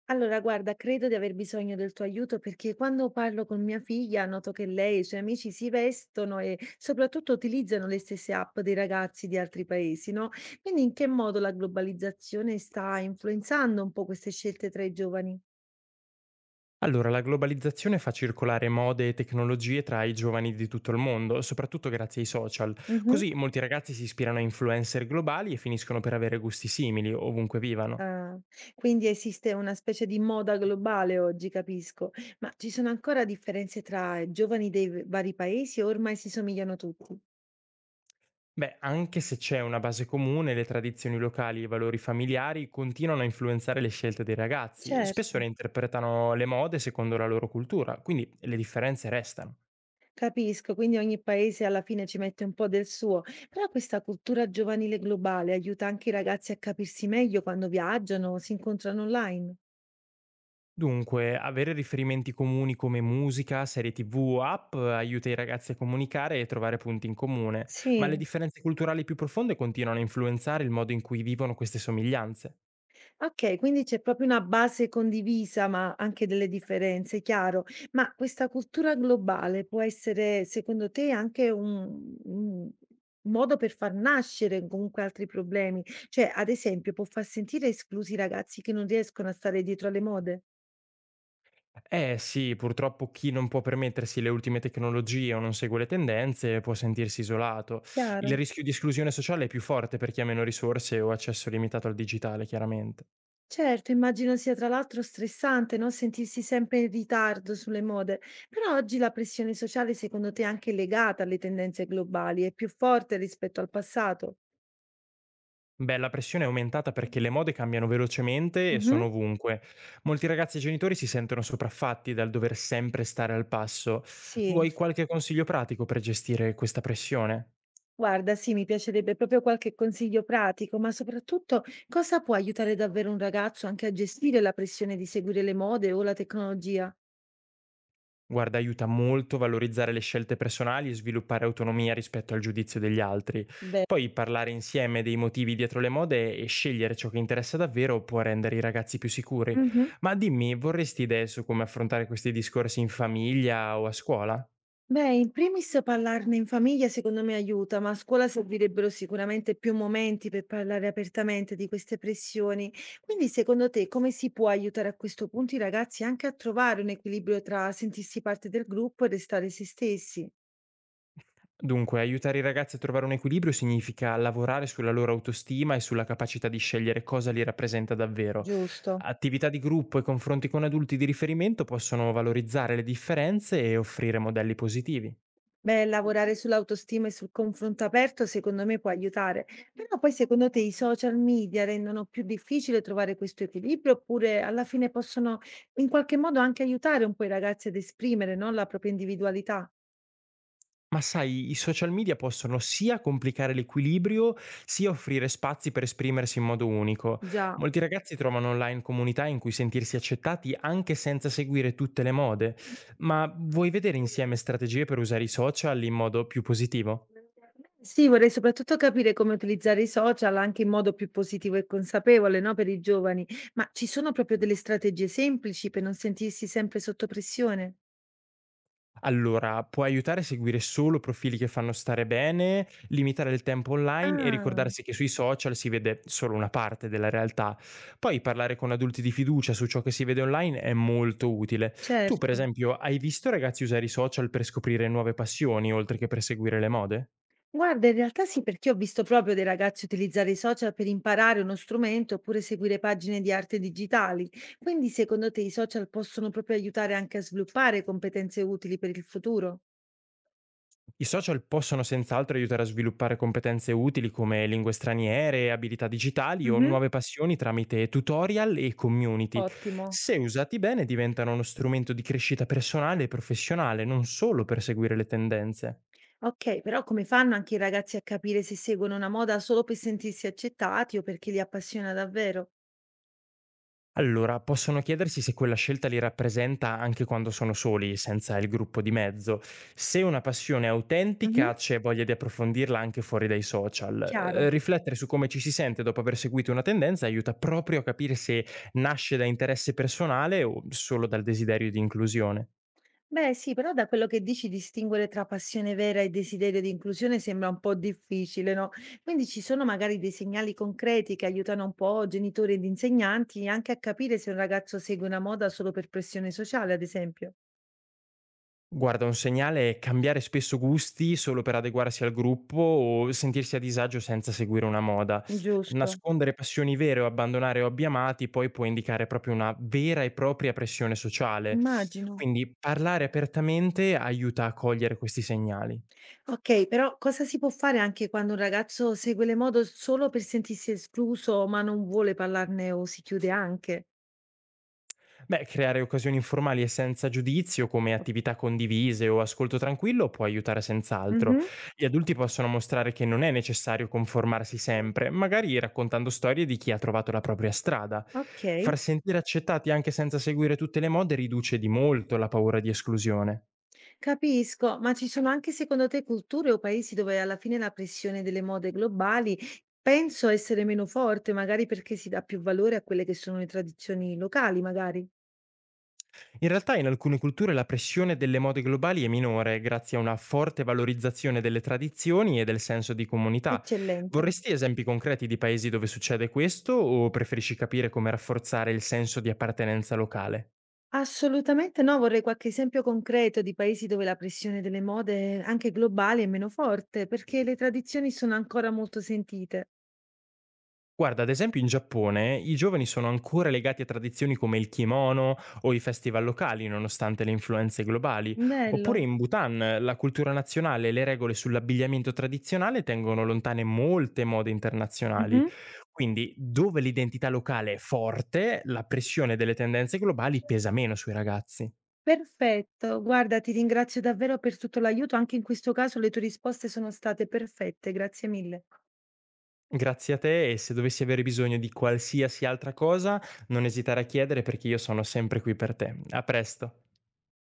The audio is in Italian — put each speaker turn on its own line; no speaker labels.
Allora, guarda, credo di aver bisogno del tuo aiuto perché quando parlo con mia figlia noto che lei e i suoi amici si vestono e soprattutto utilizzano le stesse app dei ragazzi di altri paesi, no? Quindi in che modo la globalizzazione sta influenzando un po' queste scelte tra i giovani?
Allora, la globalizzazione fa circolare mode e tecnologie tra i giovani di tutto il mondo, soprattutto grazie ai social.
Mhm.
Così molti ragazzi si ispirano a influencer globali e finiscono per avere gusti simili, ovunque vivano.
Ah, quindi esiste una specie di moda globale oggi, capisco, ma ci sono ancora differenze tra i giovani dei vari paesi o ormai si somigliano tutti?
Beh, anche se c'è una base comune, le tradizioni locali e i valori familiari continuano a influenzare le scelte dei ragazzi.
Certo.
Spesso reinterpretano le mode secondo la loro cultura, quindi le differenze restano.
Capisco, quindi ogni paese alla fine ci mette un po' del suo, però questa cultura giovanile globale aiuta anche i ragazzi a capirsi meglio quando viaggiano o si incontrano online.
Dunque, avere riferimenti comuni come musica, serie TV o app, aiuta i ragazzi a comunicare e trovare punti in comune, ma le
Sì,
differenze culturali più profonde continuano a influenzare il modo in cui vivono queste somiglianze.
ok, quindi c'è proprio una base condivisa, ma anche delle differenze, chiaro. Ma questa cultura globale può essere, secondo te, anche un modo per far nascere comunque altri problemi? Cioè, ad esempio, può far sentire esclusi i ragazzi che non riescono a stare dietro alle mode?
Eh sì, purtroppo chi non può permettersi le ultime tecnologie o non segue le tendenze può sentirsi isolato. Il
Chiaro.
rischio di esclusione sociale è più forte per chi ha meno risorse o accesso limitato al digitale, chiaramente.
Certo, immagino sia tra l'altro stressante, no, sentirsi sempre in ritardo sulle mode, però oggi la pressione sociale secondo te è anche legata alle tendenze globali, è più forte rispetto al passato?
Beh, la pressione è aumentata perché le mode cambiano velocemente e
Mhm.
sono ovunque. Molti ragazzi e genitori si sentono sopraffatti dal dover sempre stare al passo.
Sì,
Vuoi qualche consiglio pratico per gestire questa pressione?
guarda, sì, mi piacerebbe proprio qualche consiglio pratico, ma soprattutto cosa può aiutare davvero un ragazzo anche a gestire la pressione di seguire le mode o la tecnologia?
Guarda, aiuta molto valorizzare le scelte personali e sviluppare autonomia rispetto al giudizio degli altri. Poi parlare insieme dei motivi dietro le mode e scegliere ciò che interessa davvero può rendere i ragazzi più sicuri.
Beh.
Ma dimmi, vorresti idee su come affrontare questi discorsi in famiglia o a scuola?
Beh, in primis parlarne in famiglia secondo me aiuta, ma a scuola servirebbero sicuramente più momenti per parlare apertamente di queste pressioni. Quindi, secondo te, come si può aiutare a questo punto i ragazzi anche a trovare un equilibrio tra sentirsi parte del gruppo e restare se stessi?
Dunque, aiutare i ragazzi a trovare un equilibrio significa lavorare sulla loro autostima e sulla capacità di scegliere cosa li rappresenta davvero.
Giusto.
Attività di gruppo e confronti con adulti di riferimento possono valorizzare le differenze e offrire modelli positivi.
Beh, lavorare sull'autostima e sul confronto aperto secondo me può aiutare, però poi secondo te i social media rendono più difficile trovare questo equilibrio oppure alla fine possono in qualche modo anche aiutare un po' i ragazzi ad esprimere, no, la propria individualità?
Ma sai, i social media possono sia complicare l'equilibrio, sia offrire spazi per esprimersi in modo unico.
Già.
Molti ragazzi trovano online comunità in cui sentirsi accettati anche senza seguire tutte le mode. Ma vuoi vedere insieme strategie per usare i social in modo più positivo?
Sì, vorrei soprattutto capire come utilizzare i social anche in modo più positivo e consapevole, no, per i giovani, ma ci sono proprio delle strategie semplici per non sentirsi sempre sotto pressione?
Allora, può aiutare a seguire solo profili che fanno stare bene, limitare il tempo online e
Ah,
ricordarsi che sui social si vede solo una parte della realtà. Poi parlare con adulti di fiducia su ciò che si vede online è molto utile. Tu, per
certo.
esempio, hai visto ragazzi usare i social per scoprire nuove passioni, oltre che per seguire le mode?
Guarda, in realtà sì, perché ho visto proprio dei ragazzi utilizzare i social per imparare uno strumento oppure seguire pagine di arte digitali. Quindi, secondo te, i social possono proprio aiutare anche a sviluppare competenze utili per il futuro?
I social possono senz'altro aiutare a sviluppare competenze utili come lingue straniere, abilità digitali o
Mhm,
nuove passioni tramite tutorial e community.
ottimo.
Se usati bene diventano uno strumento di crescita personale e professionale, non solo per seguire le tendenze.
Ok, però come fanno anche i ragazzi a capire se seguono una moda solo per sentirsi accettati o perché li appassiona davvero?
Allora, possono chiedersi se quella scelta li rappresenta anche quando sono soli, senza il gruppo di mezzo. Se una passione è autentica,
Mhm.
c'è voglia di approfondirla anche fuori dai social.
Chiaro.
Riflettere su come ci si sente dopo aver seguito una tendenza aiuta proprio a capire se nasce da interesse personale o solo dal desiderio di inclusione.
Beh sì, però da quello che dici distinguere tra passione vera e desiderio di inclusione sembra un po' difficile, no? Quindi ci sono magari dei segnali concreti che aiutano un po' genitori ed insegnanti anche a capire se un ragazzo segue una moda solo per pressione sociale, ad esempio.
Guarda, un segnale è cambiare spesso gusti solo per adeguarsi al gruppo o sentirsi a disagio senza seguire una moda.
Giusto,
Nascondere passioni vere o abbandonare hobby amati poi può indicare proprio una vera e propria pressione sociale.
immagino.
Quindi parlare apertamente aiuta a cogliere questi segnali.
Ok, però cosa si può fare anche quando un ragazzo segue le mode solo per sentirsi escluso, ma non vuole parlarne o si chiude anche?
Beh, creare occasioni informali e senza giudizio, come attività condivise o ascolto tranquillo, può aiutare senz'altro.
Mhm,
Gli adulti possono mostrare che non è necessario conformarsi sempre, magari raccontando storie di chi ha trovato la propria strada. Far
ok.
sentire accettati anche senza seguire tutte le mode riduce di molto la paura di esclusione.
Capisco, ma ci sono anche secondo te culture o paesi dove alla fine la pressione delle mode globali penso essere meno forte, magari perché si dà più valore a quelle che sono le tradizioni locali, magari?
In realtà in alcune culture la pressione delle mode globali è minore grazie a una forte valorizzazione delle tradizioni e del senso di comunità.
Eccellente.
Vorresti esempi concreti di paesi dove succede questo o preferisci capire come rafforzare il senso di appartenenza locale?
Assolutamente no, vorrei qualche esempio concreto di paesi dove la pressione delle mode, anche globali, è meno forte, perché le tradizioni sono ancora molto sentite.
Guarda, ad esempio in Giappone i giovani sono ancora legati a tradizioni come il kimono o i festival locali, nonostante le influenze globali. Oppure
Bello.
in Bhutan la cultura nazionale e le regole sull'abbigliamento tradizionale tengono lontane molte mode internazionali.
Mhm.
Quindi, dove l'identità locale è forte, la pressione delle tendenze globali pesa meno sui ragazzi.
Perfetto, guarda, ti ringrazio davvero per tutto l'aiuto, anche in questo caso le tue risposte sono state perfette, grazie mille.
Grazie a te e se dovessi avere bisogno di qualsiasi altra cosa, non esitare a chiedere perché io sono sempre qui per te. A presto.